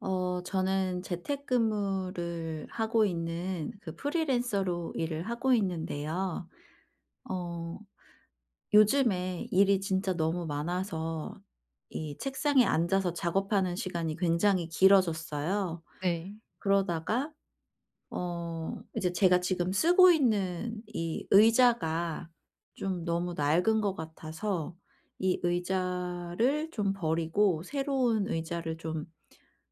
저는 재택근무를 하고 있는 그 프리랜서로 일을 하고 있는데요. 어 요즘에 일이 진짜 너무 많아서 이 책상에 앉아서 작업하는 시간이 굉장히 길어졌어요. 네. 그러다가 이제 제가 지금 쓰고 있는 이 의자가 좀 너무 낡은 것 같아서 이 의자를 좀 버리고 새로운 의자를 좀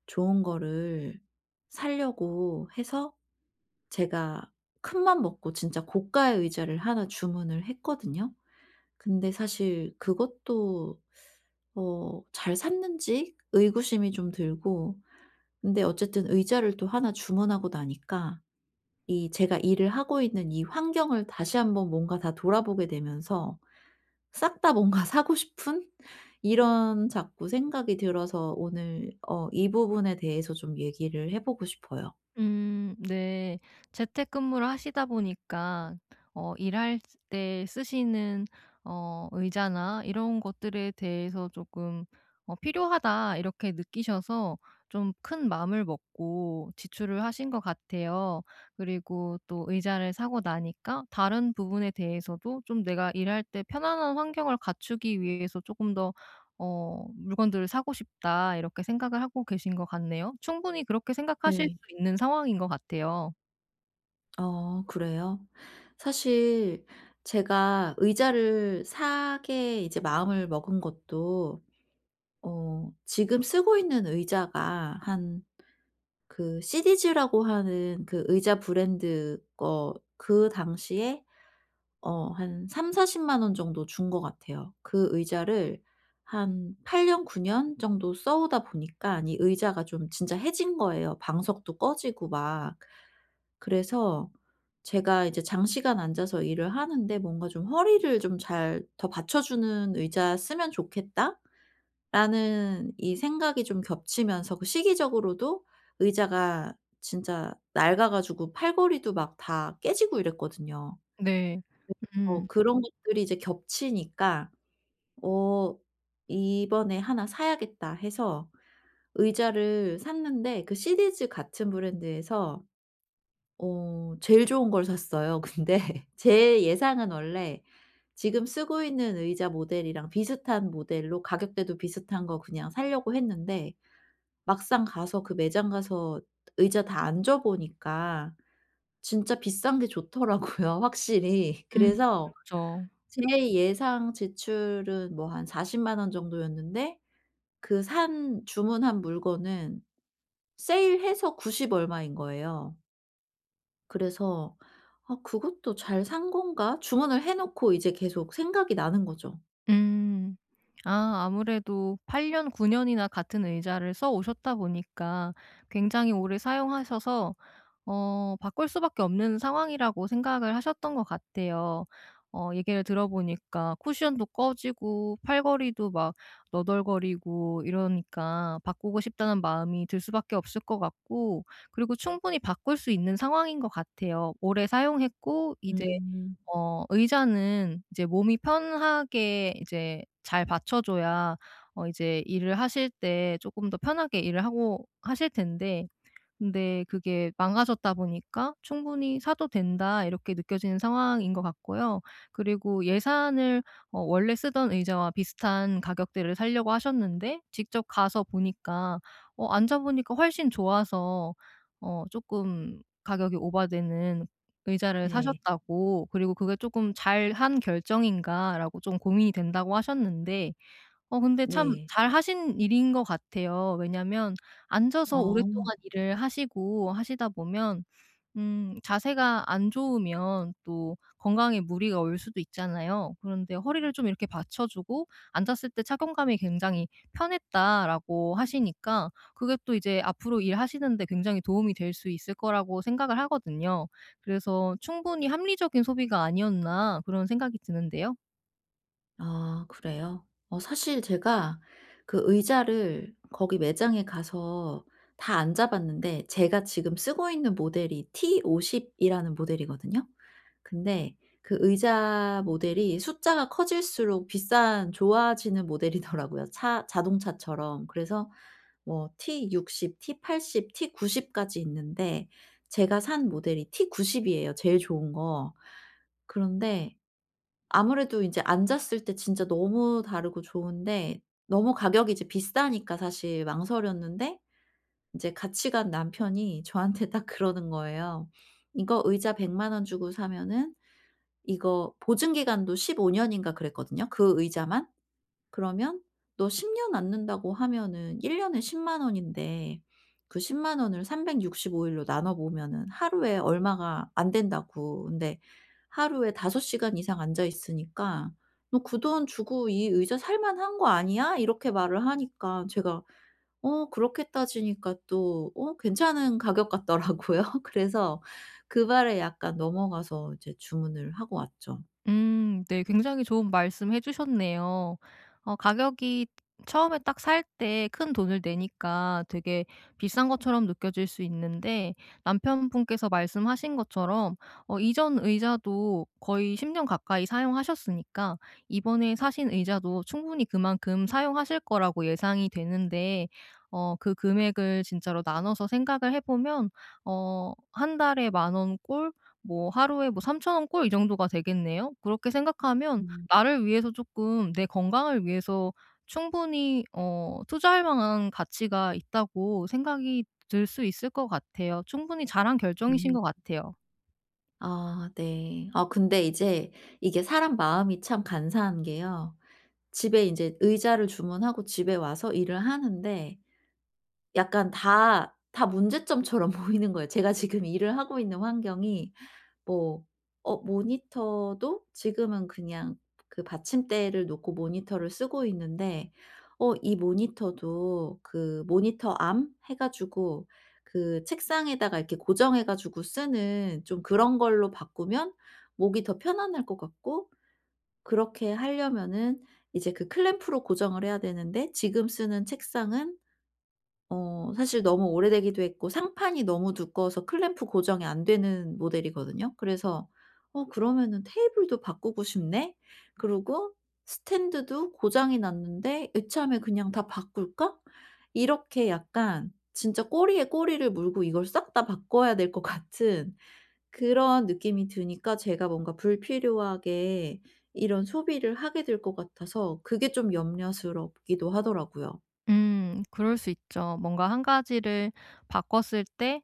좋은 거를 사려고 해서 제가 큰맘 먹고 진짜 고가의 의자를 하나 주문을 했거든요. 근데 사실 그것도 잘 샀는지 의구심이 좀 들고, 근데 어쨌든 의자를 또 하나 주문하고 나니까 이 제가 일을 하고 있는 이 환경을 다시 한번 뭔가 다 돌아보게 되면서 싹 다 뭔가 사고 싶은 이런 자꾸 생각이 들어서 오늘 이 부분에 대해서 좀 얘기를 해 보고 싶어요. 네. 재택근무를 하시다 보니까 일할 때 쓰시는 의자나 이런 것들에 대해서 조금 '필요하다.' 이렇게 느끼셔서 좀 큰 마음을 먹고 지출을 하신 것 같아요. 그리고 또 의자를 사고 나니까 다른 부분에 대해서도 좀 내가 일할 때 편안한 환경을 갖추기 위해서 조금 더 '물건들을 사고 싶다.' 이렇게 생각을 하고 계신 것 같네요. 충분히 그렇게 생각하실 네. 수 있는 상황인 것 같아요. 어 그래요? 사실 제가 의자를 사게 이제 마음을 먹은 것도 지금 쓰고 있는 의자가 한 그 시디즈라고 하는 그 의자 브랜드 거, 그 당시에 한3사4 0원 정도 준 것 같아요. 그 의자를 한 8년, 9년 정도 써오다 보니까 이 의자가 좀 진짜 해진 거예요. 방석도 꺼지고 막. 그래서 제가 이제 장시간 앉아서 일을 하는데 뭔가 좀 '허리를 좀 잘 더 받쳐주는 의자 쓰면 좋겠다.'라는 이 생각이 좀 겹치면서, 그 시기적으로도 의자가 진짜 낡아 가지고 팔걸이도 막 다 깨지고 이랬거든요. 네. 음. 그런 것들이 이제 겹치니까 '어 이번에 하나 사야겠다.' 해서 의자를 샀는데, 그 시리즈 같은 브랜드에서 제일 좋은 걸 샀어요. 근데 제 예상은 원래 지금 쓰고 있는 의자 모델이랑 비슷한 모델로, 가격대도 비슷한 거 그냥 사려고 했는데 막상 가서, 그 매장 가서 의자 다 앉아 보니까 진짜 비싼 게 좋더라고요 확실히. 음. 그래서 그렇죠. 제 예상 지출은 뭐 한 4 0만원 정도였는데 그 산 주문한 물건은 세일해서 90 얼마인 거예요. 그래서 '아 그것도 잘 산 건가?' 주문을 해 놓고 이제 계속 생각이 나는 거죠. 음. 아 아무래도 8 년, 9 년이나 같은 의자를 써 오셨다 보니까 굉장히 오래 사용하셔서 바꿀 수밖에 없는 상황이라고 생각을 하셨던 것 같아요. 얘기를 들어보니까 쿠션도 꺼지고 팔걸이도 막 너덜거리고 이러니까 바꾸고 싶다는 마음이 들 수밖에 없을 것 같고, 그리고 충분히 바꿀 수 있는 상황인 것 같아요. 오래 사용했고 이제 음. 의자는 이제 몸이 편하게 이제 잘 받쳐줘야 이제 일을 하실 때 조금 더 편하게 일을 하고 하실 텐데, 근데 그게 망가졌다 보니까 '충분히 사도 된다.' 이렇게 느껴지는 상황인 것 같고요. 그리고 예산을 원래 쓰던 의자와 비슷한 가격대를 사려고 하셨는데 직접 가서 보니까 앉아 보니까 훨씬 좋아서 어금 가격이 오바되는 의자를 네. 사셨다고, 그리고 '그게 조금 잘한 결정인가.'라고 좀 고민이 된다고 하셨는데, 근데 참 네. 잘하신 일인 것 같아요. 왜냐면 앉아서 오랫동안 어. 일을 하시고 하시다 보면 자세가 안 좋으면 또 건강에 무리가 올 수도 있잖아요. 그런데 허리를 좀 이렇게 받쳐 주고 "앉았을 때 착용감이 굉장히 편했다."라고 하시니까, 그게 또 이제 앞으로 일하시는 데 굉장히 도움이 될 수 있을 거라고 생각을 하거든요. 그래서 '충분히 합리적인 소비가 아니었나.' 그런 생각이 드는데요. 아 그래요? 사실 제가 그 의자를 거기 매장에 가서 다 앉아봤는데 제가 지금 쓰고 있는 모델이 T50 이라는 모델이거든요. 근데 그 의자 모델이 숫자가 커질수록 비싼 좋아지는 모델이더라고요, 차 자동차처럼. 그래서 뭐 T60, T80, T90 까지 있는데 제가 산 모델이 T90 이에요, 제일 좋은 거. 그런데 아무래도 이제 앉았을 때 진짜 너무 다르고 좋은데 너무 가격이 이제 비싸니까 사실 망설였는데 인제 같이 간 남편이 저한테 딱 그러는 거예요. "이거 의자 1 0 0만원 주고 사면은 이거 보증 기간도 15 년인가 그랬거든요, 그 의자만. 그러면 너 10년 앉는다고 하면은 1 년에 1 0 원인데 그 1 0 원을 삼백 원을 365 일로 나눠 보면은 하루에 얼마가 안 된다고. 근데 하루에 5 시간 이상 앉아 있으니까 너 그 돈 주고 이 의자 살 만한 거 아니야?" 이렇게 말을 하니까 제가 그렇게 따지니까 또 괜찮은 가격 같더라고요. 그래서 그 말에 약간 넘어가서 이제 주문을 하고 왔죠. 네. 굉장히 좋은 말씀 해 주셨네요. 가격이 처음에 딱 살 때 큰 돈을 내니까 되게 비싼 것처럼 느껴질 수 있는데, 남편분께서 말씀하신 것처럼 이전 의자도 거의 10년 가까이 사용하셨으니까 이번에 사신 의자도 충분히 그만큼 사용하실 거라고 예상이 되는데, 그 금액을 진짜로 나눠서 생각을 해 보면 한 달에 만원꼴, 뭐 하루에 뭐3천원꼴, 이 정도가 되겠네요. 그렇게 생각하면 음. 나를 위해서 쪼끔, 내 건강을 위해서 충분히 투자할 만한 가치가 있다고 생각이 들 수 있을 것 같아요. 충분히 잘한 결정이신 음. 것 같아요. 아 네. 아 근데 이제 이게 사람 마음이 참 간사한 게요. 집에 인제 의자를 주문하고 집에 와서 일을 하는데 약간 다 문제점처럼 보이는 거예요. 제가 지금 일을 하고 있는 환경이, 뭐 모니터도 지금은 그냥 그 받침대를 놓고 모니터를 쓰고 있는데 이 모니터도 그 모니터 암 해 가지고 그 책상에다가 이렇게 고정해 가지고 쓰는 좀 그런 걸로 바꾸면 목이 더 편안할 것 같고, 그렇게 하려면은 이제 그 클램프로 고정을 해야 되는데 지금 쓰는 책상은 사실 너무 오래되기도 했고 상판이 너무 두꺼워서 클램프 고정이 안 되는 모델이거든요. 그래서 '어 그러면은 테이블도 바꾸고 싶네. 그리고 스탠드도 고장이 났는데 이참에 그냥 다 바꿀까?' 이렇게 약간 진짜 꼬리에 꼬리를 물고 이걸 싹 다 바꿔야 될 것 같은 그런 느낌이 드니까 제가 뭔가 불필요하게 이런 소비를 하게 될 것 같아서 그게 좀 염려스럽기도 하더라고요. 음. 그럴 수 있죠. 뭔가 한 가지를 바꿨을 때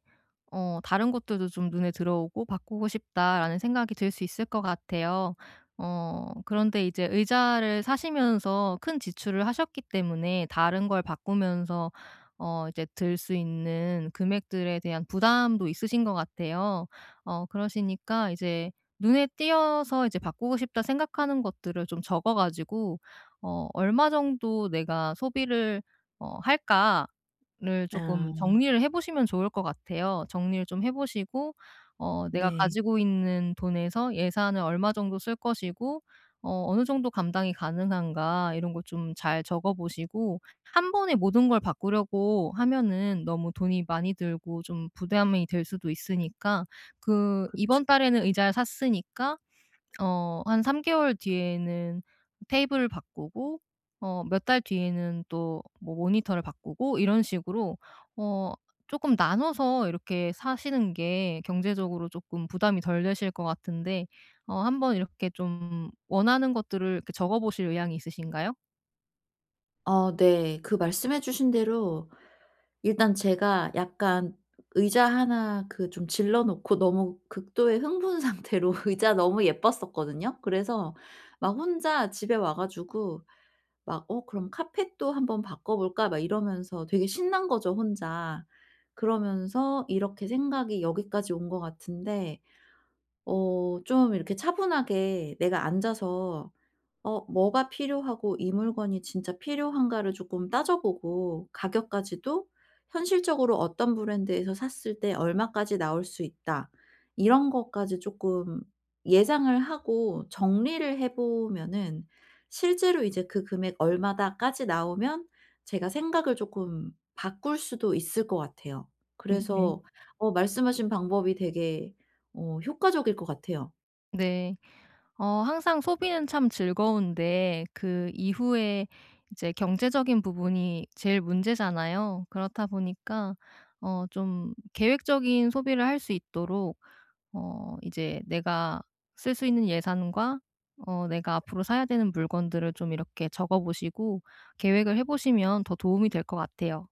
'다른 것들도 좀 눈에 들어오고 바꾸고 싶다.'라는 생각이 들 수 있을 것 같아요. 그런데 이제 의자를 사시면서 큰 지출을 하셨기 때문에, 다른 걸 바꾸면서 이제 들 수 있는 금액들에 대한 부담도 있으신 것 같아요. 그러시니까 이제 눈에 띄어서 이제 '바꾸고 싶다.' 생각하는 것들을 좀 적어 가지고, '얼마 정도 내가 소비를 할까?' 를 조금 아. 정리를 해 보시면 좋을 것 같아요. 정리를 좀 해 보시고 내가 네. 가지고 있는 돈에서 예산을 얼마 정도 쓸 것이고 어느 정도 감당이 가능한가, 이런 거 좀 잘 적어 보시고, 한 번에 모든 걸 바꾸려고 하면은 너무 돈이 많이 들고 좀 부담이 될 수도 있으니까, 그 그쵸. 이번 달에는 의자를 샀으니까 한 3 개월 뒤에는 테이블을 바꾸고, 몇 달 뒤에는 또 뭐 모니터를 바꾸고, 이런 식으로 어 조금 나눠서 이렇게 사시는 게 경제적으로 조금 부담이 덜 되실 것 같은데, 한번 이렇게 좀 원하는 것들을 이렇게 적어 보실 의향이 있으신가요? 어 네. 그 말씀해 주신 대로 일단 제가 약간 의자 하나 그 좀 질러 놓고 너무 극도의 흥분 상태로, 의자 너무 예뻤었거든요. 그래서 막 혼자 집에 와 가지고 막 '어 그럼 카펫도 한번 바꿔 볼까?' 막 이러면서 되게 신난 거죠 혼자. 그러면서 이렇게 생각이 여기까지 온 것 같은데 좀 이렇게 차분하게 내가 앉아서 뭐가 필요하고 이 물건이 진짜 필요한가를 조금 따져보고, 가격까지도 현실적으로 어떤 브랜드에서 샀을 때 얼마까지 나올 수 있다, 이런 것까지 조금 예상을 하고 정리를 해 보면은 실제로 이제 그 금액 얼마다까지 나오면 제가 생각을 조금 바꿀 수도 있을 것 같아요. 네. 그래서 말씀하신 방법이 되게 효과적일 것 같아요. 네. 항상 소비는 참 즐거운데 그 이후에 이제 경제적인 부분이 제일 문제잖아요. 그렇다 보니까 좀 계획적인 소비를 할 수 있도록 이제 내가 쓸 수 있는 예산과 내가 앞으로 사야 되는 물건들을 좀 이렇게 적어 보시고 계획을 해 보시면 더 도움이 될 것 같아요.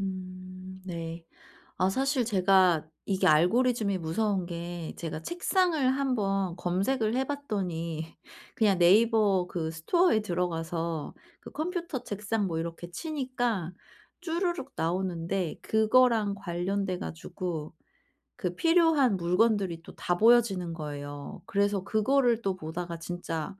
네. 아 사실 제가 이게 알고리즘이 무서운 게, 제가 책상을 한번 검색을 해 봤더니 그냥 네이버 그 스토어에 들어가서 그 컴퓨터 책상 뭐 이렇게 치니까 주르륵 나오는데 그거랑 관련돼 가지고 그 필요한 물건들이 또 다 보여지는 거예요. 그래서 그거를 또 보다가 진짜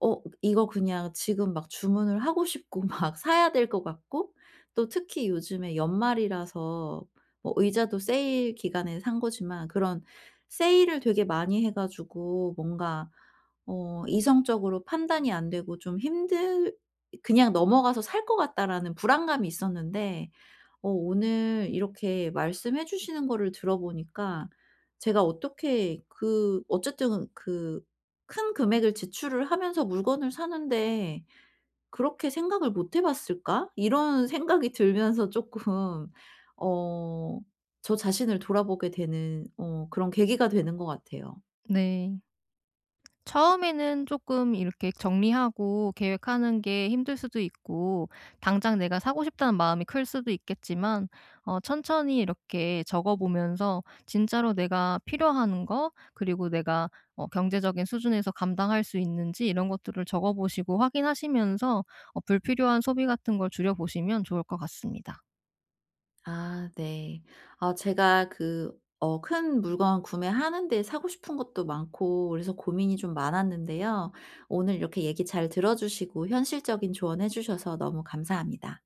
이거 그냥 지금 막 주문을 하고 싶고 막 사야 될 것 같고, 또 특히 요즘에 연말이라서 뭐 의자도 세일 기간에 산 거지만 그런 세일을 되게 많이 해 가지고 뭔가 이성적으로 판단이 안 되고 좀 힘들, '그냥 넘어가서 살 것 같다.'라는 불안감이 있었는데 오늘 이렇게 말씀해 주시는 거를 들어보니까 제가 어떻게, 그 어쨌든 그 큰 금액을 지출을 하면서 물건을 사는데 '그렇게 생각을 못해 봤을까?' 이런 생각이 들면서 조금 어 저 자신을 돌아보게 되는 그런 계기가 되는 것 같아요. 네. 처음에는 조금 이렇게 정리하고 계획하는 게 힘들 수도 있고, 당장 내가 사고 싶다는 마음이 클 수도 있겠지만 천천히 이렇게 적어 보면서, 진짜로 내가 필요한 거, 그리고 내가 경제적인 수준에서 감당할 수 있는지, 이런 것들을 적어 보시고 확인하시면서 불필요한 소비 같은 걸 줄여 보시면 좋을 것 같습니다. 아 네. 아 제가 그 큰 물건 구매하는데 사고 싶은 것도 많고 그래서 고민이 좀 많았는데요. 오늘 이렇게 얘기 잘 들어 주시고 현실적인 조언해 주셔서 너무 감사합니다.